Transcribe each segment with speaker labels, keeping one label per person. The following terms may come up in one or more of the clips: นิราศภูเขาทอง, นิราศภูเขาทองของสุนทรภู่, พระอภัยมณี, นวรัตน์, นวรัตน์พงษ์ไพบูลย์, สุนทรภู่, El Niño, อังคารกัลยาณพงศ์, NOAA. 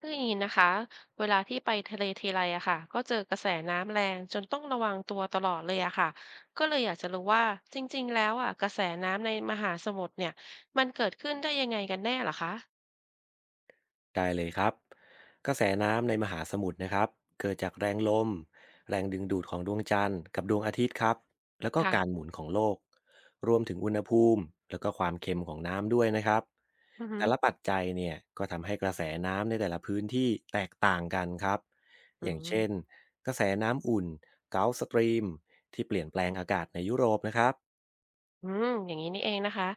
Speaker 1: คืออย่างนี้นะคะเวลาที่ไปทะเลทีไรอะค่ะก็เจอกระแสน้ำแรงจนต้องระวังตัวตลอดเลยอะค่ะก็เลยอยากจะรู้ว่าจริงๆแล้วอะกระแสน้ำในมหาสมุทรเนี่ยมันเกิดขึ้นได้ยังไงกันแน่เหรอคะ
Speaker 2: ได้เลยครับกระแสน้ำในมหาสมุทรนะครับเกิดจากแรงลมแรงดึงดูดของดวงจันทร์กับดวงอาทิตย์ครับแล้วก็การ
Speaker 1: ค่ะ
Speaker 2: หมุนของโลกรวมถึงอุณหภูมิแล้วก็ความเค็มของน้ำด้วยนะครับ
Speaker 1: อือฮึ
Speaker 2: แต่ละปัจจัยเนี่ยก็ทำให้กระแสน้ำในแต่ละพื้นที่แตกต่างกันครับ
Speaker 1: อื
Speaker 2: อย่างเช่
Speaker 1: ม
Speaker 2: นกระแสน้ำอุ่นเกาสตรีมที่เปลี่ยนแปลงอากาศในยุโรปนะครับ
Speaker 1: อืมอย่างนี้นี่เองนะคะ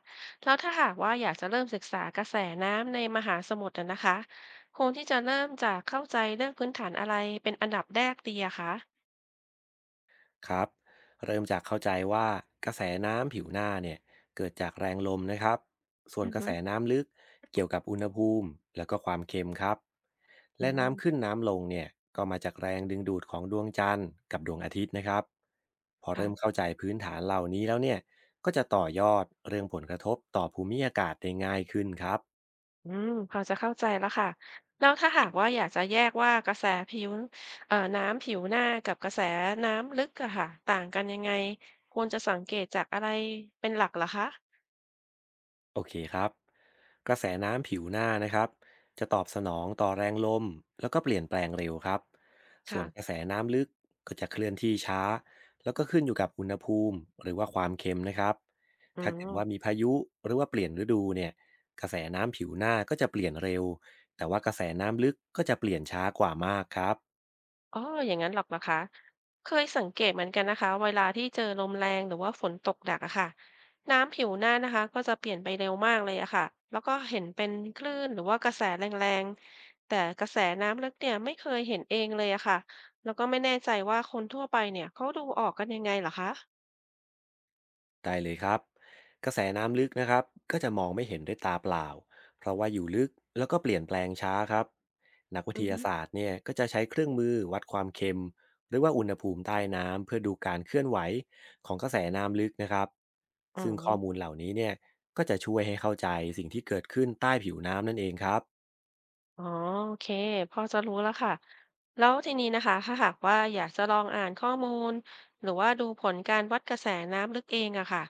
Speaker 1: แล้วถ้าหากว่าอยากจะเริ่มศึกษากระแสน้ำในมหาสมุทรอะนะคะควรที่จะเริ่มจากเข้าใจเรื่องพื้นฐานอะไรเป็นอันดับแรกดีอะคะ
Speaker 2: ครับเริ่มจากเข้าใจว่ากระแสน้ำผิวหน้าเนี่ยเกิดจากแรงลมนะครับส่วน
Speaker 1: อือ
Speaker 2: กระ
Speaker 1: ฮึ
Speaker 2: แสน้ำลึกเกี่ยวกับอุณหภูมิแล้วก็ความเค็มครับ
Speaker 1: อื
Speaker 2: และน้ำขึ้น
Speaker 1: ม
Speaker 2: น้ำลงเนี่ยก็มาจากแรงดึงดูดของดวงจันทร์กับดวงอาทิตย์นะครับพอเริ่ม
Speaker 1: ค่ะ
Speaker 2: เข้าใจพื้นฐานเหล่านี้แล้วเนี่ยก็จะต่อยอดเรื่องผลกระทบต่อภูมิอากาศได้ง่ายขึ้นครับ
Speaker 1: อืมพอจะเข้าใจแล้วค่ะแล้วถ้าหากว่าอยากจะแยกว่ากระแสผิวน้ำผิวหน้ากับกระแสน้ำลึกอะค่ะต่างกันยังไงควรจะสังเกตจากอะไรเป็นหลักเหรอคะ
Speaker 2: โอเคครับกระแสน้ำผิวหน้านะครับจะตอบสนองต่อแรงลมแล้วก็เปลี่ยนแปลงเร็วครับส่ว
Speaker 1: ค่ะ
Speaker 2: นกระแสน้ำลึกก็จะเคลื่อนที่ช้าแล้วก็ขึ้นอยู่กับอุณหภูมิหรือว่าความเค็มนะครับ
Speaker 1: อื
Speaker 2: ถ้าเกิดว่ามี
Speaker 1: ม
Speaker 2: พายุหรือว่าเปลี่ยนฤดูเนี่ยกระแสน้ำผิวหน้าก็จะเปลี่ยนเร็วแต่ว่ากระแสน้ำลึกก็จะเปลี่ยนช้ากว่ามากครับ
Speaker 1: อ๋ออย่างนั้นหรอกเะคะเคยสังเกตเหมือนกันนะคะเวลาที่เจอลมแรงหรือว่าฝนตกหนักอะค่ะน้ำผิวหน้านะคะก็จะเปลี่ยนไปเร็วมากเลยอะค่ะแล้วก็เห็นเป็นคลื่นหรือว่ากระแสแรงๆแต่กระแสน้ำลึกเนี่ยไม่เคยเห็นเองเลยอะค่ะแล้วก็ไม่แน่ใจว่าคนทั่วไปเนี่ยเขาดูออกกันยังไงเหรอคะ
Speaker 2: ได้เลยครับกระแสน้ำลึกนะครับก็จะมองไม่เห็นด้วยตาเปล่าเพราะว่าอยู่ลึกแล้วก็เปลี่ยนแปลงช้าครับนักวิ
Speaker 1: อื
Speaker 2: ท
Speaker 1: อ
Speaker 2: ยา
Speaker 1: ฮึ
Speaker 2: ศาสตร์เนี่ยก็จะใช้เครื่องมือวัดความเค็มหรือว่าอุณหภูมิใต้น้ำเพื่อดูการเคลื่อนไหวของกระแสน้ำลึกนะครับ
Speaker 1: อ๋อ
Speaker 2: ซึ่งข้อมูลเหล่านี้เนี่ยก็จะช่วยให้เข้าใจสิ่งที่เกิดขึ้นใต้ผิวน้ำนั่นเองครับ
Speaker 1: อ๋อโอเคพอจะรู้แล้วค่ะแล้วทีนี้นะคะถ้าหากว่าอยากจะลองอ่านข้อมูลหรือว่าดูผลการวัดกระแสน้ำลึกเองอะค่ะ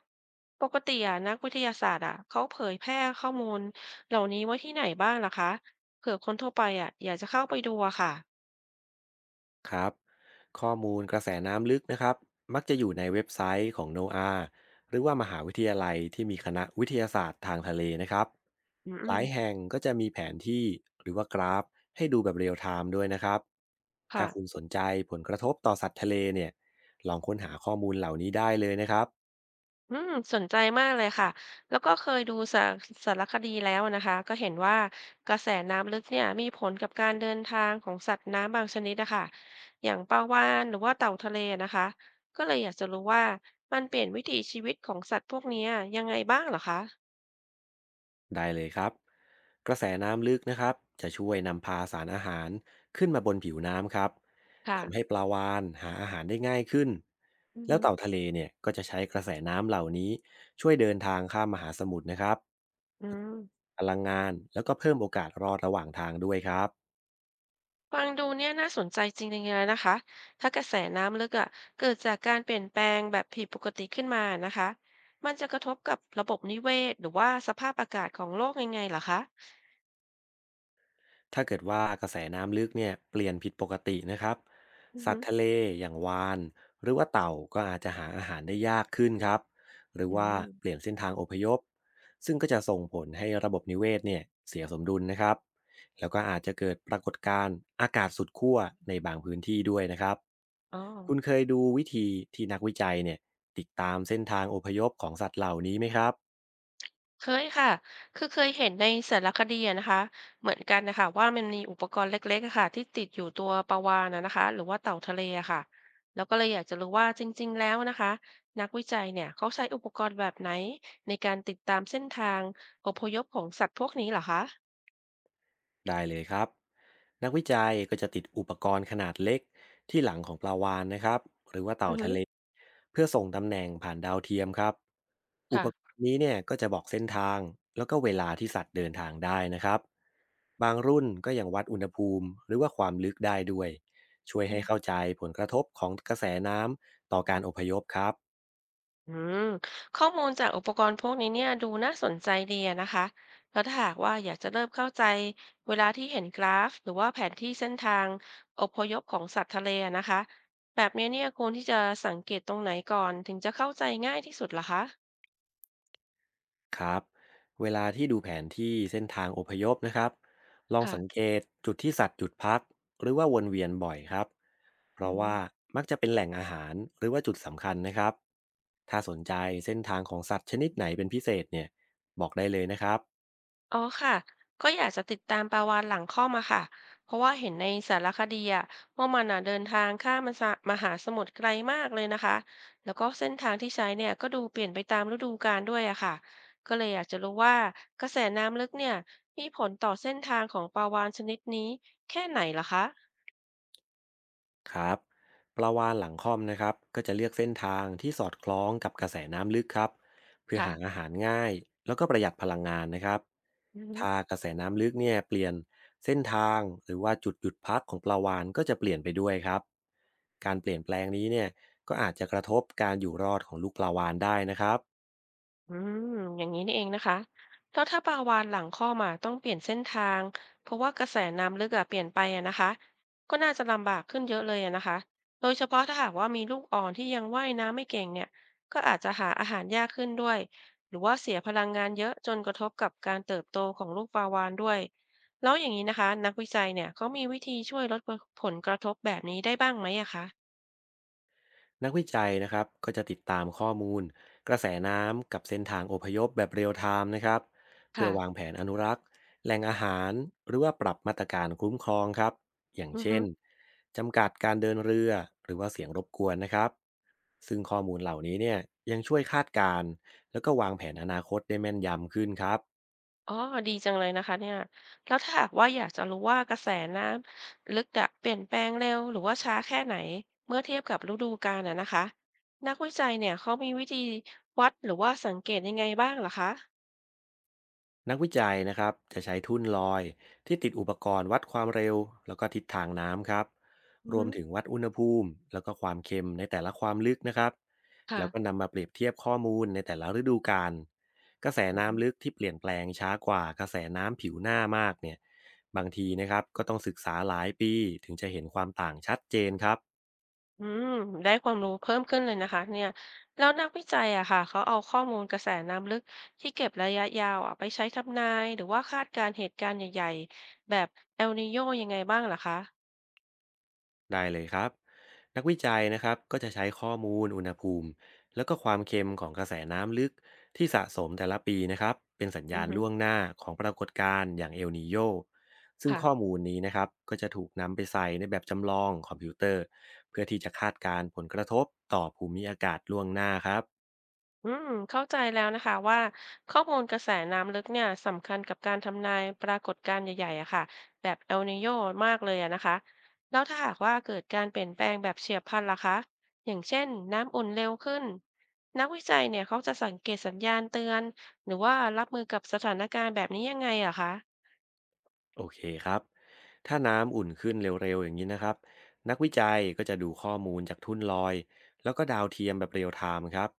Speaker 1: ปกติอะนักวิทยาศาสตร์อะเขาเผยแพร่ข้อมูลเหล่านี้ไว้ที่ไหนบ้างล่ะคะเผื่อคนทั่วไปอะอยากจะเข้าไปดูอะค่ะ
Speaker 2: ครับข้อมูลกระแสน้ำลึกนะครับมักจะอยู่ในเว็บไซต์ของ NOAA หรือว่ามหาวิทยาลัยที่มีคณะวิทยาศาสตร์ทางทะเลนะครับ
Speaker 1: อืมอื
Speaker 2: ห
Speaker 1: ม
Speaker 2: ลายแห่งก็จะมีแผนที่หรือว่ากราฟให้ดูแบบเรียลไทม์ด้วยนะครับถ้า
Speaker 1: ค่ะ
Speaker 2: คุณสนใจผลกระทบต่อสัตว์ทะเลเนี่ยลองค้นหาข้อมูลเหล่านี้ได้เลยนะครับ
Speaker 1: อืมสนใจมากเลยค่ะ แล้วก็เคยดูสารคดีแล้วนะคะ ก็เห็นว่ากระแสน้ำลึกเนี่ยมีผลกับการเดินทางของสัตว์น้ำบางชนิดนะคะ อย่างปลาวาฬหรือว่าเต่าทะเลนะคะ ก็เลยอยากจะรู้ว่ามันเปลี่ยนวิถีชีวิตของสัตว์พวกเนี้ยยังไงบ้างเหรอคะ
Speaker 2: ได้เลยครับกระแสน้ำลึกนะครับจะช่วยนำพาสารอาหารขึ้นมาบนผิวน้ำครับทำให้
Speaker 1: ค่ะ
Speaker 2: ปลาวาฬหาอาหารได้ง่ายขึ้น
Speaker 1: อือ
Speaker 2: แล้ว
Speaker 1: ฮึ
Speaker 2: เต่าทะเลเนี่ยก็จะใช้กระแสน้ำเหล่านี้ช่วยเดินทางข้ามมหาสมุทรนะครับ
Speaker 1: อืม
Speaker 2: พลังงานแล้วก็เพิ่มโอกาสรอดระหว่างทางด้วยครับ
Speaker 1: ฟังดูเนี่ยน่าสนใจจริงๆเลยนะคะ ถ้ากระแสน้ำลึกอ่ะเกิดจากการเปลี่ยนแปลงแบบผิดปกติขึ้นมานะคะ มันจะกระทบกับระบบนิเวศหรือว่าสภาพอากาศของโลกยังไงเหรอคะ
Speaker 2: ถ้าเกิดว่ากระแสน้ำลึกเนี่ยเปลี่ยนผิดปกตินะครับ
Speaker 1: อือ
Speaker 2: สัต
Speaker 1: ฮึ
Speaker 2: ว์ทะเลอย่างวาฬหรือว่าเต่าก็อาจจะหาอาหารได้ยากขึ้นครับหรือ
Speaker 1: อื
Speaker 2: ว่า
Speaker 1: ม
Speaker 2: เปลี่ยนเส้นทางอพยพซึ่งก็จะส่งผลให้ระบบนิเวศเนี่ยเสียสมดุลนะครับแล้วก็อาจจะเกิดปรากฏการณ์อากาศสุดขั้วในบางพื้นที่ด้วยนะครับ
Speaker 1: อ๋อ
Speaker 2: คุณเคยดูวิธีที่นักวิจัยเนี่ยติดตามเส้นทางอพยพของสัตว์เหล่านี้ไหมครับ
Speaker 1: เคยค่ะ คือเคยเห็นในสารคดีอะนะคะ เหมือนกันนะคะว่ามันมีอุปกรณ์เล็กๆอะค่ะที่ติดอยู่ตัวปลาวาฬนะคะหรือว่าเต่าทะเลอะค่ะ แล้วก็เลยอยากจะรู้ว่าจริงๆแล้วนะคะนักวิจัยเนี่ยเขาใช้อุปกรณ์แบบไหนในการติดตามเส้นทางอพยพของสัตว์พวกนี้เหรอคะ
Speaker 2: ได้เลยครับนักวิจัยก็จะติดอุปกรณ์ขนาดเล็กที่หลังของปลาวาฬนะครับหรือว่าเต่า
Speaker 1: อือฮึ
Speaker 2: ทะเลเพื่อส่งตำแหน่งผ่านดาวเทียมครับอุปกร
Speaker 1: ค่ะ
Speaker 2: ณ์นี้เนี่ยก็จะบอกเส้นทางแล้วก็เวลาที่สัตว์เดินทางได้นะครับบางรุ่นก็ยังวัดอุณหภูมิหรือว่าความลึกได้ด้วยช่วยให้เข้าใจผลกระทบของกระแสน้ำต่อการอพยพครับ
Speaker 1: อืมข้อมูลจากอุปกรณ์พวกนี้เนี่ยดูน่าสนใจดีอะนะคะแล้วถ้าหากว่าอยากจะเริ่มเข้าใจเวลาที่เห็นกราฟหรือว่าแผนที่เส้นทางอพยพของสัตว์ทะเลอะนะคะแบบนี้เนี่ยควรที่จะสังเกตตรงไหนก่อนถึงจะเข้าใจง่ายที่สุดหรอคะ
Speaker 2: ครับเวลาที่ดูแผนที่เส้นทางอพยพนะครับลองสัง
Speaker 1: ค่ะ
Speaker 2: เกตจุดที่สัตว์หยุดพักหรือว่าวนเวียนบ่อยครับเพ
Speaker 1: อื
Speaker 2: ราะว่า
Speaker 1: ม
Speaker 2: มักจะเป็นแหล่งอาหารหรือว่าจุดสำคัญนะครับถ้าสนใจเส้นทางของสัตว์ชนิดไหนเป็นพิเศษเนี่ยบอกได้เลยนะครับ
Speaker 1: อ๋อค่ะก็อยากจะติดตามปลาวาฬหลังค่อมอะค่ะเพราะว่าเห็นในสารคดีอะว่ามันอะเดินทางข้ามมสะมหาสมุทรไกลมากเลยนะคะแล้วก็เส้นทางที่ใช้เนี่ยก็ดูเปลี่ยนไปตามฤดูกาลด้วยอะค่ะก็เลยอยากจะรู้ว่ากระแสน้ำลึกเนี่ยมีผลต่อเส้นทางของปลาวาฬชนิดนี้แค่ไหนล่ะคะ
Speaker 2: ครับปลาวาฬหลังค่อมนะครับก็จะเลือกเส้นทางที่สอดคล้องกับกระแสน้ำลึกครับเพื่อ
Speaker 1: ค่ะ
Speaker 2: หาอาหารง่ายแล้วก็ประหยัดพลังงานนะครับ
Speaker 1: อืม
Speaker 2: ถ้ากระแสน้ำลึกเนี่ยเปลี่ยนเส้นทางหรือว่าจุดหยุดพักของปลาวาฬก็จะเปลี่ยนไปด้วยครับการเปลี่ยนแปลงนี้เนี่ยก็อาจจะกระทบการอยู่รอดของลูกปลาวาฬได้นะครับ
Speaker 1: อืมอย่างนี้นี่เองนะคะ แล้วถ้าปลาวาฬหลังค้่อมอะต้องเปลี่ยนเส้นทาง เพราะว่ากระแสน้ำลึกอะเปลี่ยนไปอะนะคะก็น่าจะลำบากขึ้นเยอะเลยอะนะคะ โดยเฉพาะถ้าหากว่ามีลูกอ่อนที่ยังว่ายน้ำไม่เก่งเนี่ยก็อาจจะหาอาหารยากขึ้นด้วยหรือว่าเสียพลังงานเยอะจนกระทบกับการเติบโตของลูกปลาวาฬด้วยแล้วอย่างนี้นะคะนักวิจัยเนี่ยเขามีวิธีช่วยลดผลกระทบแบบนี้ได้บ้างไหมอะคะ
Speaker 2: นักวิจัยนะครับก็จะติดตามข้อมูลกระแสน้ำกับเส้นทางอพยพแบบเรียลไทม์นะครับเพื่อ
Speaker 1: ค่ะ
Speaker 2: วางแผนอนุรักษ์แหล่งอาหารหรือว่าปรับมาตรการคุ้มครองครับอย่าง
Speaker 1: อือ
Speaker 2: เช่
Speaker 1: ฮึ
Speaker 2: นจำกัดการเดินเรือหรือว่าเสียงรบกวนนะครับซึ่งข้อมูลเหล่านี้เนี่ยยังช่วยคาดการณ์แล้วก็วางแผนอนาคตได้แม่นยำขึ้นครับ
Speaker 1: อ๋อดีจังเลยนะคะเนี่ยแล้วถ้าหากว่าอยากจะรู้ว่ากระแสน้ำลึกอะเปลี่ยนแปลงเร็วหรือว่าช้าแค่ไหนเมื่อเทียบกับฤดูกาลอะนะคะนักวิจัยเนี่ยเขามีวิธีวัดหรือว่าสังเกตยังไงบ้างเหรอคะ
Speaker 2: นักวิจัยนะครับจะใช้ทุ่นลอยที่ติดอุปกรณ์วัดความเร็วแล้วก็ทิศทางน้ำครับ
Speaker 1: อือ
Speaker 2: รว
Speaker 1: ฮึ
Speaker 2: มถึงวัดอุณหภูมิแล้วก็ความเค็มในแต่ละความลึกนะครับ
Speaker 1: ค่ะ
Speaker 2: แล้วก็นำมาเปรียบเทียบข้อมูลในแต่ละฤดูกาลกระแส
Speaker 1: อื
Speaker 2: น้ำ
Speaker 1: ม
Speaker 2: ลึกที่เปลี่ยนแปลงช้ากว่ากระแสน้ำผิวหน้ามากเนี่ยบางทีนะครับก็ต้องศึกษาหลายปีถึงจะเห็นความต่างชัดเจนครับ
Speaker 1: อืมได้ความรู้เพิ่มขึ้นเลยนะคะเนี่ยแล้วนักวิจัยอะค่ะเขาเอาข้อมูลกระแสน้ำลึกที่เก็บระยะยาวอะไปใช้ทำนายหรือว่าคาดการณ์เหตุการณ์ใหญ่ๆแบบเอลนีโยยังไงบ้างเหรอคะ
Speaker 2: ได้เลยครับนักวิจัยนะครับก็จะใช้ข้อมูลอุณหภูมิแล้วก็ความเค็มของกระแสน้ำลึกที่สะสมแต่ละปีนะครับเป็นสัญ
Speaker 1: อื
Speaker 2: ญา
Speaker 1: อ
Speaker 2: ณ
Speaker 1: ฮึ
Speaker 2: ล่วงหน้าของปรากฏการณ์อย่างเอลนีโยซึ่ง
Speaker 1: ค่ะ
Speaker 2: ข้อมูลนี้นะครับก็จะถูกนำไปใส่ในแบบจำลองคอมพิวเตอร์เพื่อที่จะคาดการณ์ผลกระทบต่อภูมิอากาศล่วงหน้าครับ
Speaker 1: อืมเข้าใจแล้วนะคะว่าข้อมูลกระแสน้ำลึกเนี่ยสำคัญกับการทำนายปรากฏการณ์ใหญ่ๆ อะค่ะแบบเอลนีโญมากเลยอะนะคะแล้วถ้าหากว่าเกิดการเปลี่ยนแปลงแบบเฉียบพลันล่ะคะอย่างเช่นน้ำอุ่นเร็วขึ้นนักวิจัยเนี่ยเขาจะสังเกตสัญญาณเตือนหรือว่ารับมือกับสถานการณ์แบบนี้ยังไงอะคะ
Speaker 2: โอเคครับถ้าน้ำอุ่นขึ้นเร็วๆอย่างนี้นะครับนักวิจัยก็จะดูข้อมูลจากทุ่นลอยแล้วก็ดาวเทียมแบบเรียลไทม์ครับ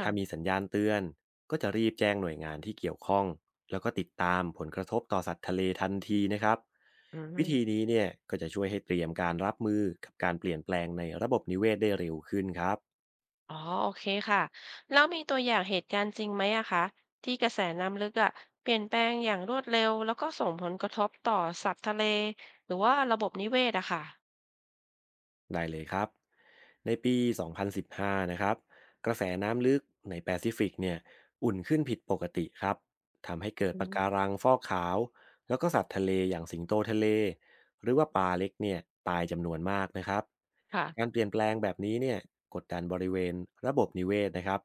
Speaker 2: ถ้ามี
Speaker 1: ่ะ
Speaker 2: สัญญาณเตือน ก็จะรีบแจ้งหน่วยงานที่เกี่ยวข้องแล้วก็ติดตามผลกระทบต่อสัตว์ทะเลทันทีนะครับ
Speaker 1: อื
Speaker 2: วิธี
Speaker 1: ม
Speaker 2: นี้เนี่ยก็จะช่วยให้เตรียมการรับมือกับการเปลี่ยนแปลงในระบบนิเวศได้เร็วขึ้นครับ
Speaker 1: อ๋อโอเคค่ะแล้วมีตัวอย่างเหตุการณ์จริงไหมอะคะที่กระแสน้ำลึกอะเปลี่ยนแปลงอย่างรวดเร็วแล้วก็ส่งผลกระทบต่อสัตว์ทะเลหรือว่าระบบนิเวศอะค่ะ
Speaker 2: ได้เลยครับ ในปี 2015นสิบห้านะครับ กระแสน้ำลึกในแปซิฟิกเนี่ยอุ่นขึ้นผิดปกติครับ ทำให้เกิด
Speaker 1: อื
Speaker 2: ปะ
Speaker 1: ม
Speaker 2: การังฟอกขาว แล้วก็สัตว์ทะเลอย่างสิงโตทะเลหรือว่าปลาเล็กเนี่ยตายจำนวนมากนะครับ
Speaker 1: ค่ะ
Speaker 2: การเปลี่ยนแปลงแบบนี้เนี่ยกดดันบริเวณระบบนิเวศนะครับ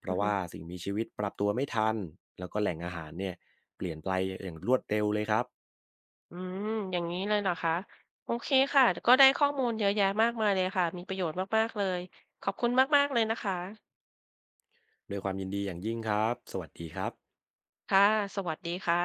Speaker 2: เพ
Speaker 1: อื
Speaker 2: ราะ
Speaker 1: อฮึ
Speaker 2: ว่าสิ่งมีชีวิตปรับตัวไม่ทัน แล้วก็แหล่งอาหารเนี่ยเปลี่ยนไปอย่างรวดเร็วเลยครับ
Speaker 1: อืมอย่างนี้เลยเหรอคะโอเคค่ะก็ได้ข้อมูลเยอะแยะมากมายเลยค่ะมีประโยชน์มากๆเลยขอบคุณมากๆเลยนะคะ
Speaker 2: ด้วยความยินดีอย่างยิ่งครับสวัสดีครับ
Speaker 1: ค่ะสวัสดีค่ะ